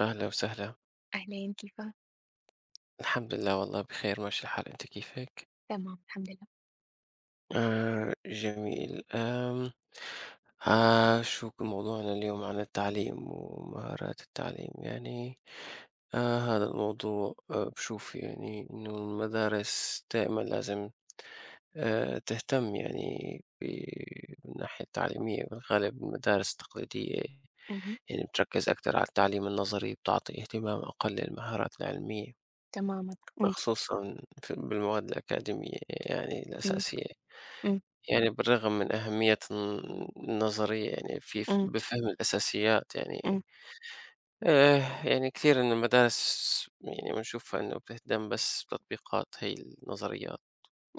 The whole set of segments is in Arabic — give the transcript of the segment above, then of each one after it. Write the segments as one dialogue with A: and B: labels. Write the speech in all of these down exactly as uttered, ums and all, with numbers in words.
A: أهلا وسهلا.
B: أهلين كيفك؟
A: الحمد لله والله بخير ماشي الحال، أنت كيفك؟
B: تمام الحمد لله.
A: آه جميل. آم آه شو موضوعنا اليوم؟ عن التعليم ومهارات التعليم يعني. آه هذا الموضوع، آه بشوف يعني إنه المدارس دائما لازم آه تهتم يعني ب- من الناحية التعليمية. بالغالب المدارس التقليدية
B: اهم.
A: يعني بتركز أكثر على التعليم النظري، بتعطي اهتمام أقل للمهارات العلمية،
B: تمامًا. إمم.
A: فخصوصًا في بالمواد الأكاديمية يعني
B: إمم.
A: الأساسية،
B: إمم.
A: يعني بالرغم من أهمية الن النظرية يعني في ف
B: إمم.
A: بفهم الأساسيات يعني.
B: إمم.
A: آآ، يعني كثير من المدارس يعني بنشوفها إنه بتهتم بس بتطبيقات هي النظريات.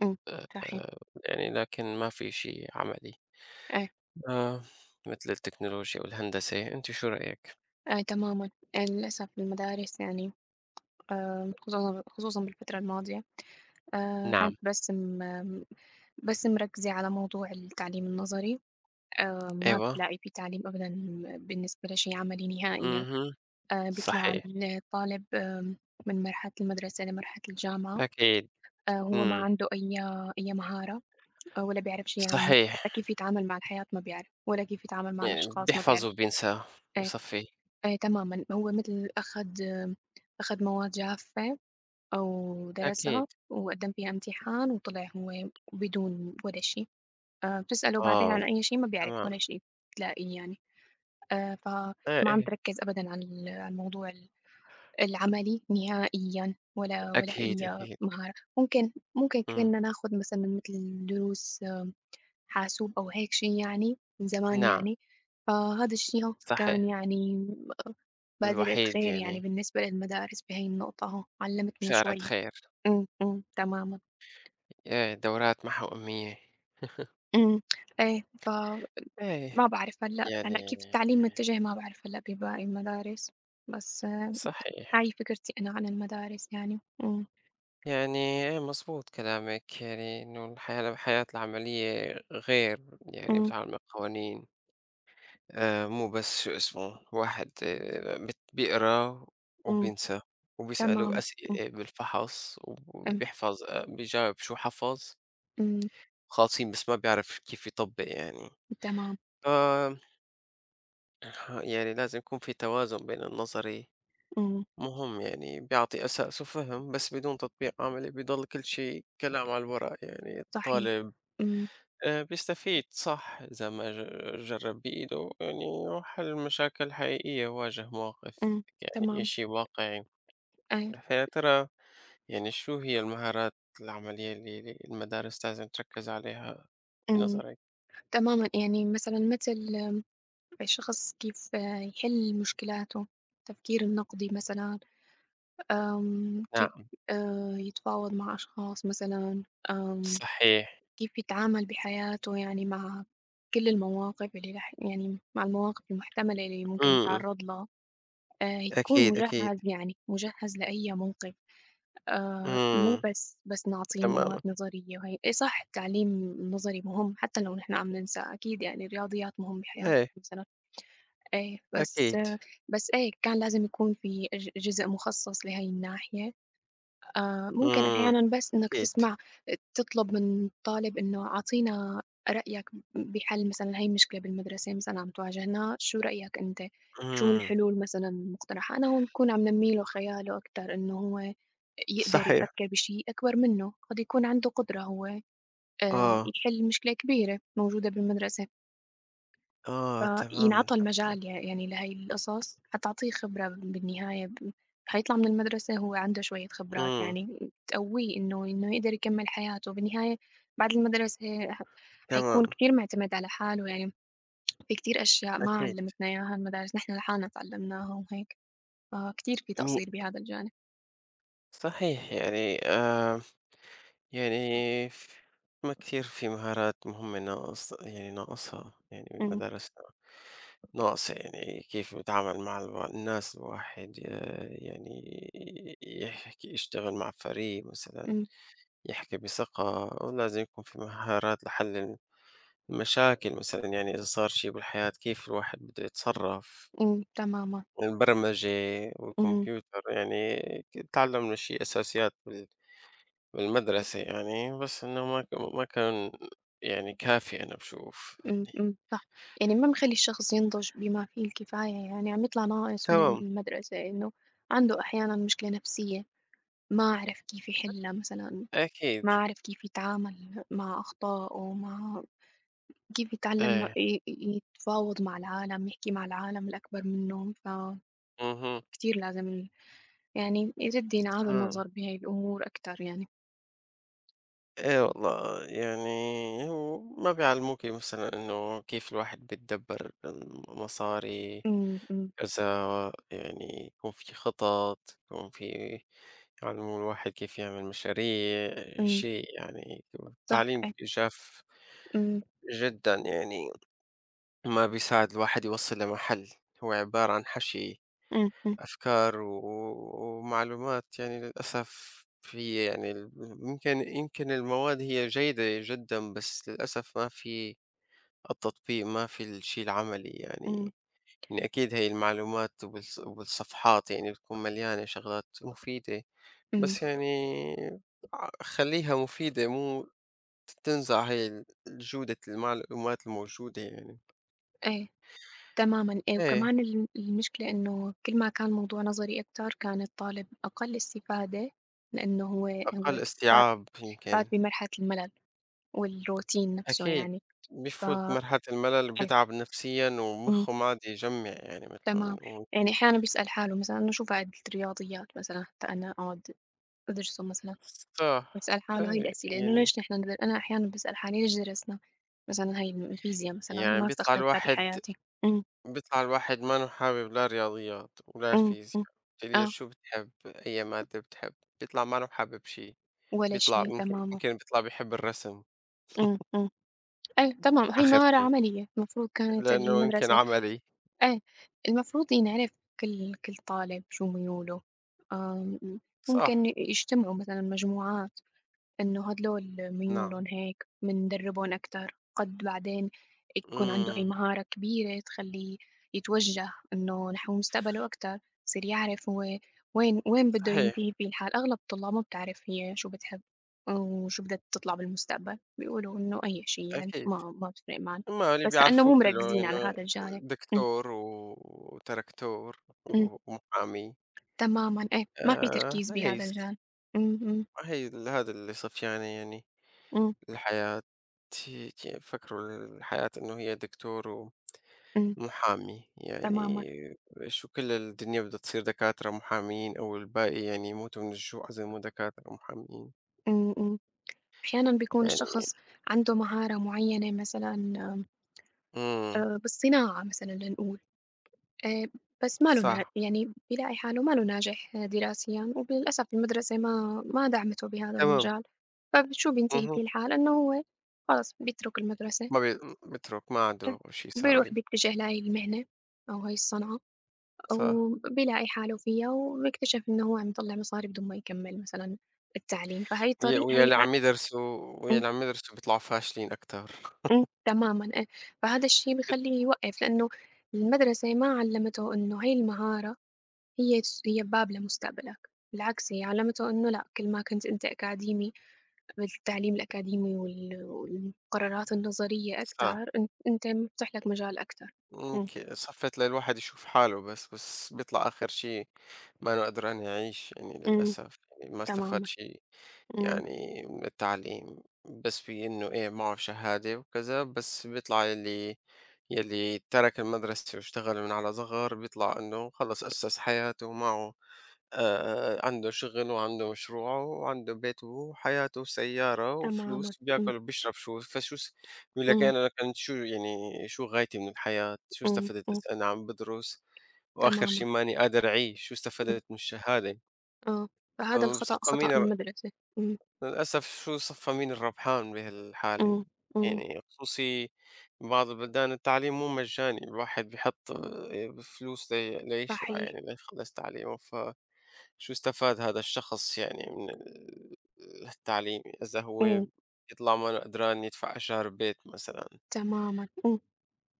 B: إمم. صحيح.
A: آآ، يعني لكن ما في شيء عملي
B: إيه.
A: آه، مثل التكنولوجيا والهندسة. أنتِ شو رأيك؟
B: إيه، تمامًا، للأسف المدارس يعني آآ خصوصًا خصوصًا بالفترة الماضية، آآ
A: نعم.
B: كنت بارسم آمم، بس مركزة على موضوع التعليم النظري، آآ ما
A: أيوه.
B: بالاقي في تعليم أبدًا بالنسبة لشيء عملي نهائيًا.
A: اهم.
B: آآ بيطلع
A: صحيح.
B: الطالب آمم، من مرحلة المدرسة لمرحلة الجامعة،
A: أكيد.
B: آآ هو ما
A: إمم.
B: عنده أي أي مهارة آه، ولا بيعرف شيء عن
A: صحيح،
B: حتى كيف يتعامل مع الحياة ما بيعرف، ولا كيف يتعامل مع
A: يعني
B: الأشخاص ما
A: بيحفظ
B: بيعرف.
A: وبينسى،
B: آآ
A: بصفّي.
B: آآ تمامًا هو مثل أخد أخد مواد جافة أو
A: أكيد.
B: درسها وقدّم فيها امتحان وطلع هو بدون ولا شي. آآ بتسأله بعدين
A: آه،
B: عن أي شي ما بيعرف
A: تمام.
B: ولا شي بتلاقيه يعني، آآ فما
A: إيه،
B: عم
A: إيه.
B: تركّز أبدًا على ال على الموضوع ال العملي نهائيًا ولا ولا
A: أكيد،
B: أي
A: أكيد.
B: مهارة. ممكن ممكن
A: إمم.
B: كنّا ناخُد مثلًا متل دروس آه، حاسوب أو هيك شي يعني من زمان
A: نعم.
B: يعني، فهذا الشي كان
A: صحيح.
B: يعني آه، بادرة
A: الوحيد
B: خير يعني
A: يعني
B: بالنسبة للمدارس بهي النقطة، هو علّمتنا
A: بشارة
B: شوي.
A: خير.
B: إمم. إمم. تمامًا.
A: إيه، دورات محوأمية.
B: إمم. إيه، فما
A: إيه.
B: بعرف هلأ
A: يعني
B: هلأ كيف التعليم متجه، ما بعرف هلأ بباقي المدارس، بس
A: صحيح،
B: هاي فكرتي أنا عن المدارس يعني. إمم.
A: يعني إيه مضبوط كلامِك، يعني إنه الحياة الحياة العملية غير، يعني
B: إمم.
A: بتتعامل مع قوانين. آآ مو بس شو اسمه، واحد آآ بت بيقرا
B: إمم.
A: وبينسى وبيسألوه
B: تمامًا. إمم.
A: أسئلة بالفحص
B: إمم.
A: وبيحفظ، آآ بيجاوب شو حفظ.
B: إمم.
A: خاصين، بس ما بيعرف كيف يطبّق يعني.
B: تمام.
A: ف يعني لازم يكون في توازن بين النظري،
B: إمم.
A: مهم يعني بيعطي أساس وفهم، بس بدون تطبيق عملي بيضل كل شي كلام على الورق. يعني
B: صحيح.
A: الطالب
B: إمم.
A: آآ بيستفيد صح إذا ما ج جرّب بإيده يعني وحل مشاكل حقيقية، واجه مواقف
B: إمم.
A: يعني
B: تمام.
A: شي واقعي.
B: إيه.
A: فيا ترى يعني شو هي المهارات العملية اللي اللي المدارس لازم تركّز عليها
B: إمم.
A: بنظرك؟
B: تمامًا، يعني مثلًا متل الشخص كيف يحل مشكلاته، التفكير النقدي مثلًا، آمم، كيف
A: نعم.
B: آآ، يتفاوض مع أشخاص مثلًا، آمم
A: صحيح.
B: كيف يتعامل بحياته يعني مع كل المواقف اللي رح يعني مع المواقف المحتملة اللي ممكن
A: إمم.
B: يتعرض لها آه يكون
A: أكيد، أكيد.
B: مجهز يعني مجهز لأي موقف، آه مو
A: إمم،
B: بس بس نعطيه
A: تمامًا.
B: مواد نظرية وهي إيه، صح، التعليم النظري مهم حتى لو نحن عم ننسى، أكيد يعني الرياضيات مهم بحياتنا
A: إيه،
B: مثلا، ايه بس
A: أكيد.
B: آه بس ايه كان لازم يكون في ج- جزء مخصص لهي الناحية. آآ ممكن
A: إمم،
B: أحيانًا بس إنّك
A: أكيد.
B: تسمع، تطلب من طالب إنه أعطينا رأيك بحل مثلًا هاي مشكلة بالمدرسة مثلًا عم تواجهنا، شو رأيك أنت؟ شو
A: إمم،
B: الحلول مثلًا المقترحة؟ أنا هون باكون عم نمّي له خياله أكتر، إنه هو يقدر
A: صحيح.
B: يفكّر بشي أكبر منّه، قد يكون عنده قدرة هو آآ
A: آه،
B: يحل مشكلة كبيرة موجودة بالمدرسة.
A: آه، تمامًا،
B: فينعطى
A: تمامًا.
B: المجال يع يعني لهاي القصص، حتعطيه خبرة بالنهاية، ب حيطلع من المدرسة هو عنده شوية خبرات
A: إمم،
B: يعني تقويه إنه إنه يقدر يكمّل حياته، بالنهاية بعد المدرسة ح حيكون
A: تمام،
B: كتير معتمد على حاله، يعني في كتير أشياء ما
A: أكيد.
B: علّمتنا إياها المدارس، نحن لحالنا تعلّمناها وهيك، فكتير في
A: مي
B: تقصير بهذا الجانب.
A: صحيح يعني. آآ، يعني ف ما كثير في مهارات مهمة ناقص يعني ناقصها يعني
B: إمم.
A: بمدارسنا، ناقصة يعني كيف بيتعامل مع الوا الناس. الواحد ي يعني يحكي، يشتغل مع فريق مثلًا،
B: إمم.
A: يحكي بثقة. ولازم يكون في مهارات لحل المشاكل مثلا، يعني إذا صار شيء بالحياة كيف الواحد بده يتصرف.
B: إمم. تمامًا.
A: البرمجة
B: إمم.
A: والكمبيوتر يعني، ك- تعلمنا شيء أساسيات بال- بالمدرسة يعني، بس إنه ما ك- ما كان يعني كافي، أنا بشوف
B: إمم.
A: يعني.
B: إمم. صح، يعني ما مخلّي الشخص ينضج بما فيه الكفاية، يعني عم يطلع ناقص من
A: تمام.
B: المدرسة، إنه عنده أحيانًا مشكلة نفسية ما عرف كيف يحلّها مثلًا،
A: أكيد.
B: ما عرف كيف يتعامل مع أخطائه، مع كيف يتعلّم
A: إيه.
B: ي ي يتفاوض مع العالم، يحكي مع العالم الأكبر منه، فكتير
A: اها.
B: لازم يعني يجد ينعاد
A: آه.
B: النظر بهاي الأمور أكتر يعني.
A: ايه والله يعني، هو ما بيعلموك مثلا انه كيف الواحد بيتدبر المصاري،
B: إمم. إمم.
A: كذا، يعني يكون في خطط، يكون في، يعلموا الواحد كيف يعمل مشاريع،
B: إمم.
A: شيء يعني.
B: صح.
A: التعليم
B: إيه.
A: شاف
B: إمم.
A: جدا يعني، ما بيساعد الواحد يوصل لمحل. هو عبارة عن حشي
B: إمم. إمم.
A: أفكار و- ومعلومات. يعني للأسف في يعني ال- يمكن، يمكن المواد هي جيدة جدا، بس للأسف ما في التطبيق، ما في الشيء العملي
B: إمم.
A: يعني. يعني أكيد هي المعلومات وبالص وبالصفحات يعني بتكون مليانة شغلات مفيدة،
B: إمم.
A: بس يعني ع خلّيها مفيدة، مو ت تنزع هي ال جودة المعلومات الموجودة يعني.
B: إيه. تمامًا، آه،
A: إيه،
B: وكمان ال المشكلة إنه كل ما كان الموضوع نظري أكتر، كان الطالب أقل استفادة، لإنه هو
A: أقل
B: هو فات
A: استيعاب
B: فات
A: يمكن.
B: بمرحلة الملل والروتين نفسه
A: أكيد،
B: يعني. ف
A: بيفوت
B: أ
A: مرحلة الملل، بيتعب نفسيًا
B: إمم.
A: ومخه ما عاد يجمّع يعني متل ما
B: تمام.
A: بنقول.
B: يعني أحيانًا بيسأل حاله مثلًا، أنا شو فائدة الرياضيات مثلًا حتى أنا أقعد أدرسه مثلًا،
A: صح،
B: بيسأل حاله هاي
A: إيه.
B: الأسئلة إنه
A: يعني
B: ليش نحن ندر أنا أحيانًا باسأل حالي ليش درسنا مثلًا هاي الفيزيا مثلًا،
A: يعني
B: ما
A: بيطلع
B: استخدمتها
A: الواحد،
B: بحياتي. إمم.
A: بيطلع الواحد ما انه حابب لا رياضيات ولا
B: إمم.
A: فيزياء.
B: إمم.
A: بتقلي
B: آه.
A: شو بتحب، أي مادة بتحب، بيطلع ما انه حابب شي.
B: ولا
A: بيطلع،
B: شي،
A: يمكن
B: تمامًا.
A: يمكن بيطلع بيحب الرسم.
B: إمم. إمم. أيوه طبعًا، هي
A: آخر
B: مهارة
A: شي،
B: عملية المفروض كانت
A: لأنه يمكن
B: المدرسة.
A: عملي.
B: إيه، المفروض ينعرف كل كل طالب شو ميوله، آمم،
A: صح.
B: ممكن يجتمعوا مثلًا مجموعات، إنه هدول ميولهم
A: نعم.
B: هيك، بندربهم أكتر، قد بعدين يكون عنده هاي
A: إمم.
B: مهارة كبيرة تخلّيه يتوجّه، إنه نحو مستقبله أكتر، يصير يعرف هو وين وين بده
A: صحيح.
B: ينتهي فيه الحال، أغلب الطلاب ما بتعرف هي شو بتحب وشو بدها تطلع بالمستقبل، بيقولوا إنه أي شي يعني
A: أكيد.
B: ما ما بتفرق معنا،
A: أما اللي
B: بس لإنه
A: بيعرفوه
B: مو
A: كله
B: مركّزين على
A: إنه
B: هذا الجانب. إمم.
A: دكتور و وتركتور
B: إمم.
A: و ومحامي.
B: تمامًا، إيه، ما في
A: آآ
B: تركيز
A: هي
B: بهذا
A: الس
B: الجانب. إمم. إمم.
A: هي ال هذا اللي صف يعني، يعني
B: إمم.
A: الحياة، ت ت يفكروا الحياة إنه هي دكتور و
B: إمم.
A: محامي. يعني
B: تمامًا.
A: شو، كل الدنيا بدها تصير دكاترة محامين؟ أو الباقي يعني يموتوا من الجوع إذا مو دكاترة محامين؟
B: إمم. إمم. أحيانًا بيكون
A: يعني
B: الشخص عنده مهارة معيّنة مثلًا،
A: إمم.
B: آآ بالصناعة مثلًا لنقول، آآ بس ما له نا
A: صح.
B: يعني بيلاقي حاله ما له ناجح دراسيًا، وللأسف المدرسة ما ما دعمته بهذا
A: تمام.
B: المجال، فشو بينتهي
A: اهم.
B: فيه الحال؟ إنه هو خلص بيترك المدرسة،
A: ما بي بيترك ما عنده شي
B: وبيروح
A: يساوي.
B: بيتجه لهاي المهنة أو هاي الصنعة،
A: صح.
B: وبيلاقي حاله فيها، وبيكتشف إنه هو عم يطلّع مصاري بدون ما يكمّل مثلًا التعليم، فهاي
A: ويا
B: الطريق
A: ويا
B: هي.
A: اللي عم يدرسوا ويا اللي عم يدرسوا بيطلعوا فاشلين أكتر.
B: إمم. تمامًا، آه، فهذا الشي بيخلّيه يوقّف، لإنه المدرسة ما علّمته إنه هاي المهارة هي تس هي باب لمستقبلك، بالعكس هي علّمته إنه لأ، كل ما كنت أنت أكاديمي بالتعليم الأكاديمي وال والقرارات النظرية
A: صح.
B: أكتر أن أنت مفتوح لك مجال أكتر. إمم.
A: أوكي، صفِّت للواحد يشوف حاله، بس بس بيطلع آخر شي مانو قدران يعيش يعني
B: إمم.
A: للأسف، يعني ما استفاد
B: تمامًا.
A: شي
B: إمم.
A: يعني من التعليم، بس في إنه إيه معه شهادة وكذا، بس بيطلع، يلّي يلّي ترك المدرسة واشتغل من على صغر بيطلع إنه خلص أسّس حياته، ومعه آآ عنده شغل وعنده مشروعه وعنده بيته وحياته وسيارة
B: تمامًا.
A: وفلوس،
B: إمم.
A: بياكل وبيشرب. شو، فشو س يقول لك
B: إمم.
A: أنا كنت شو يعني، شو غايتي من الحياة؟ شو
B: إمم.
A: استفدت،
B: إمم.
A: بس أنا عم بدرس وآخر
B: تمامًا.
A: شي ماني قادر أعيش، شو
B: إمم.
A: استفدت من الشهادة؟
B: آه، فهذا الخطأ
A: فبصفى
B: خطأ
A: مين الر
B: المدرسة. إمم.
A: للأسف، شو صفى مين الربحان بهالحالة؟
B: إمم. إمم.
A: يعني خصوصي بعض البلدان التعليم مو مجاني، الواحد بيحط آآ فلوس لي ليشبع
B: صحيح.
A: يعني ليخلّص تعليمه، فشو استفاد هذا الشخص يعني من ال التعليم إذا هو
B: إمم.
A: يطلع مانو قدران يدفع إيجار بيت مثلًا؟
B: تمامًا. إمم.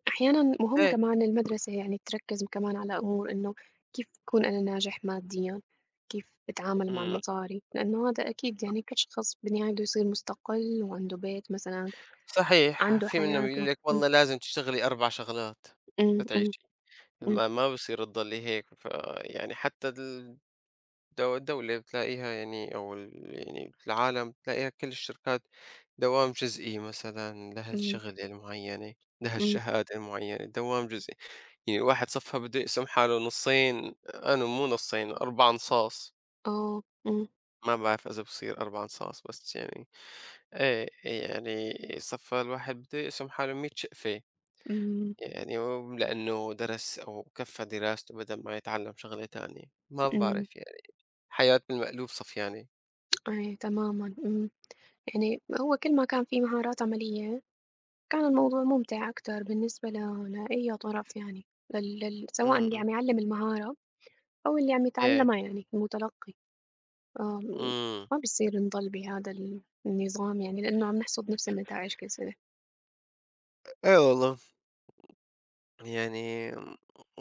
B: أحيانًا مهم
A: إيه،
B: كمان المدرسة يعني تركّز كمان على أمور إنه كيف أكون أنا ناجح ماديًا، كيف أتعامل مع
A: إمم.
B: المصاري، لإنه هذا أكيد يعني كل شخص بالنهاية بده يصير مستقل وعنده بيت مثلًا،
A: صحيح،
B: عنده
A: في منهم يقول
B: حياته.
A: لِك والله لازم تشتغلي أربع شغلات
B: إمم. إمم. إمم.
A: لتعيشي.
B: إمم.
A: ما ما بصير تضلّي هيك، فيعني حتى ال دو الدولة بتلاقيها يعني، أو ال يعني العالم بتلاقيها كل الشركات دوام جزئي مثلًا
B: إمم.
A: لهالشغلة المعيّنة،
B: إمم.
A: لهالشهادة المعيّنة، دوام جزئي. يعني الواحد صفّى بده يقسم حاله نصين، أنا مو نصين أربع نصاص،
B: آه. إمم.
A: ما بعرف إذا بصير أربع نصاص، بس يعني إيه، يعني صفّى الواحد بده يقسم حاله مية شقفة.
B: إمم.
A: يعني، و لإنه درس أو كفّى دراسته بدل ما يتعلّم شغلة تانية، ما
B: إمم.
A: بعرف يعني، حياة بالمقلوب صفياني.
B: أي، تمامًا، إمم، يعني هو كل ما كان في مهارات عملية كان الموضوع ممتع أكتر بالنسبة ل لأي طرف يعني، لل لل سواء
A: إمم،
B: اللي
A: إمم.
B: عم يعلّم المهارة أو اللي عم
A: إيه،
B: يتعلّمها يعني المتلقّي، آمم.
A: إمم.
B: ما بيصير نضل بهذا ال النظام، يعني لإنه عم نحصد نفس النتايج كثيرة.
A: إيه والله، يعني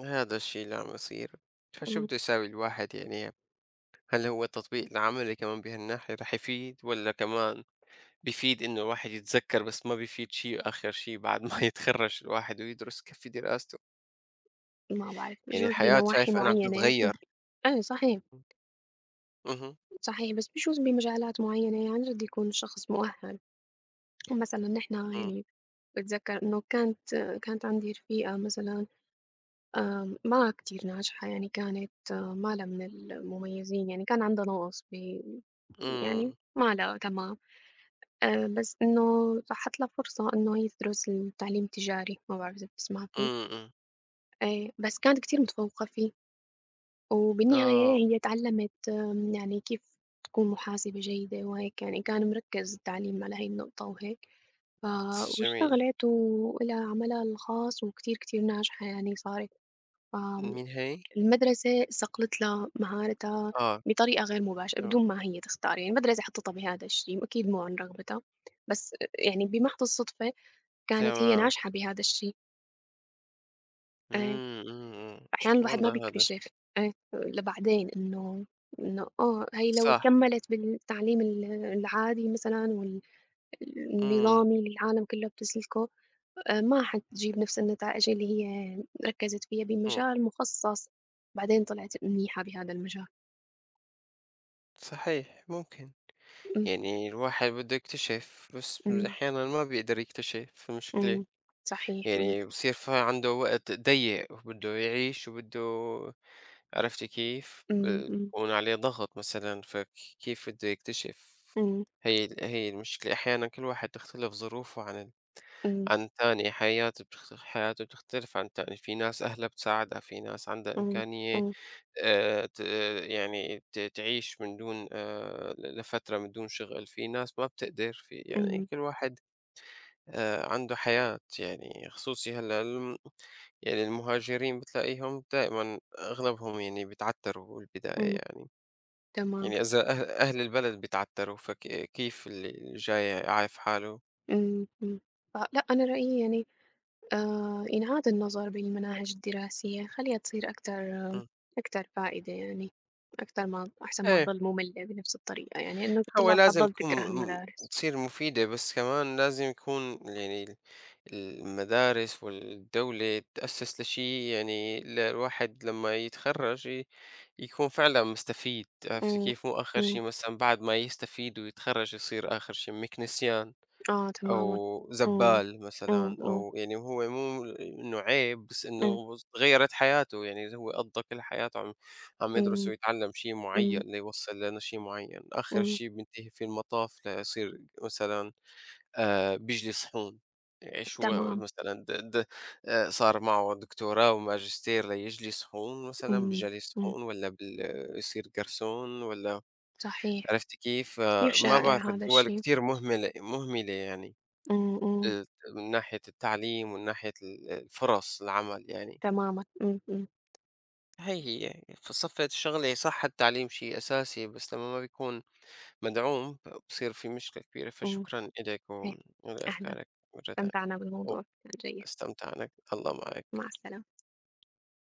A: هذا الشي اللي عم يصير. فشو
B: إمم،
A: بده يساوي الواحد يعني؟ هل هو التطبيق العملي كمان بهالناحية رح يفيد، والّا كمان بيفيد إنه الواحد يتذكّر بس ما بيفيد شي؟ آخر شي بعد ما يتخرّج الواحد ويدرس كفّي دراسته،
B: ما بعرف
A: يعني
B: بجوز
A: الحياة
B: بنواحي
A: شايف أنا عم
B: معيّنة،
A: تتغيّر.
B: إيه صحيح،
A: اهم.
B: صحيح بس بجوز بمجالات معيّنة عن جد يكون الشخص مؤهّل، مثلًا نحن
A: إمم،
B: يعني باتذكّر إنه كانت كانت عندي رفيقة مثلًا، آمم، ما كتير ناجحة يعني، كانت آه، ما لها من المميّزين يعني، كان عندها نَقَص ب يعني
A: إمم،
B: ما لها كما آآ بس إنه اتاحت لها فرصة، إنه هي تدرس التعليم التجاري، ما بعرف إذا بتسمع فيه.
A: إمم، إمم.
B: آآ بس كانت كتير متفوقة فيه، وبالنهاية
A: آه.
B: هي اتعلمت آمم يعني كيف تكون محاسبة جيدة وهيك، يعني كان مركّز التعليم على هاي النقطة وهيك، ف
A: جميل.
B: واشتغلت ولها عملها الخاص، وكتير، كتير ناجحة يعني صارت.
A: من هي؟
B: فالمدرسة صقلت لها مهارتها
A: آه.
B: بطريقة غير مباشرة
A: تما
B: بدون ما هي تختار، يعني المدرسة حطتها بهذا الشي، وأكيد مو عن رغبتها، بس آه، يعني بمحض الصدفة كانت هي
A: تمام.
B: ناجحة بهذا الشي. إيه،
A: إمم، إمم، إمم.
B: فأحيانًا الواحد ما
A: والله هذا الشيء
B: بيكتشف، إيه، لبعدين إنه إنه آه هي لو
A: صح.
B: كمّلت بالتعليم ال العادي مثلًا وال
A: إمم،
B: النظامي اللي العالم كلّها بتسلكه، آآ ما حتجيب نفس النتائج اللي هي ركّزت فيها
A: إمم.
B: بمجال مخصص، بعدين طلعت منيحة بهذا المجال.
A: صحيح، ممكن.
B: إمم.
A: يعني الواحد بده يكتشف، بس
B: إمم.
A: أحيانًا ما بيقدر يكتشف، المشكلة.
B: إمم. صحيح. إمم.
A: يعني بصير في عنده وقت ضيّق، وبده يعيش، وبده، عرفتِ كيف؟
B: إمم.
A: بيكون عليه ضغط مثلًا، فكيف بده يكتشف؟
B: إمم.
A: هي ال هي المشكلة. أحيانًا كل واحد تختلف ظروفه عن
B: إمم. إمم.
A: عن تاني. حياته بتخ... حياته بتختلف عن تاني. في ناس أهلها بتساعدها، في ناس عندها
B: إمم.
A: إمكانية،
B: إمم.
A: آه، ت... يعني ت... تعيش من دون آه، ل- لفترة من دون شغل. في ناس ما بتقدر. في يعني
B: إمم.
A: كل واحد آه، عنده حياة يعني خصوصي. هلا الم... يعني المهاجرين بتلاقيهم دائما أغلبهم يعني بيتعتروا بالبداية
B: إمم.
A: يعني،
B: تمام.
A: يعني إذا أهل, أهل البلد بيتعتروا، فكيف اللي اللي جاي عايف حاله.
B: إمم. إمم. فلأ أنا رأيي يعني، آه، إنعاد النظر بالمناهج الدراسية، خليها تصير أكتر
A: م.
B: أكتر فائدة يعني أكتر، ما أحسن ما
A: إيه.
B: تضل مملة بنفس الطريقة، يعني إنه
A: هو
B: الطلاب
A: لازم
B: حتضل
A: تكون،
B: تكره
A: م- م-
B: المدارس.
A: تصير مفيدة، بس كمان لازم يكون يعني ال- المدارس والدولة تأسس لشيء يعني الواحد لما يتخرج ي- يكون فعلا مستفيد. عرفت
B: أمم.
A: كيف؟ مو آخر
B: أمم.
A: شيء مثلا بعد ما يستفيد ويتخرج يصير آخر شيء مكنسيان
B: آه، تماما.
A: أو
B: أمم.
A: زبّال
B: أمم.
A: مثلًا.
B: أمم.
A: أو يعني هو مو إنه عيب، بس
B: أمم.
A: إنه غيّرت حياته، يعني هو قضّى كل حياته عم عم يدرس
B: أمم.
A: ويتعلّم شي معيّن
B: أمم.
A: ليوصّل لشي معيّن، آخر
B: أمم.
A: شي بينتهي فيه المطاف ليصير مثلًا آآ بيجلي صحون. يعني شو،
B: تمام.
A: مثلًا د د آآ صار معه دكتوراه وماجستير ليجلي صحون؟ مثلًا
B: أمم.
A: بجلي
B: أمم.
A: صحون، والّا بال يصير جرسون، والّا
B: صحيح.
A: عرفتِ كيف؟
B: كثير
A: فما بعرف،
B: شائع هذا
A: الدول
B: الشيء.
A: كتير مهملة مهملة يعني
B: أمم. أمم.
A: آآ من ناحية التعليم ومن ناحية ال الفرص العمل يعني.
B: تماما. أمم. أمم.
A: هي هي في صفة الشغلة، هي صح التعليم شيء أساسي، بس لمّا ما بيكون مدعوم بصير في مشكلة كبيرة.
B: أمم.
A: فشكرًا إلك
B: هيك. أهلا،
A: ولأفكارك مرة تانية،
B: استمتعنا بالموضوع كان جيد.
A: واستمتعنا، الله معك.
B: مع السلامة.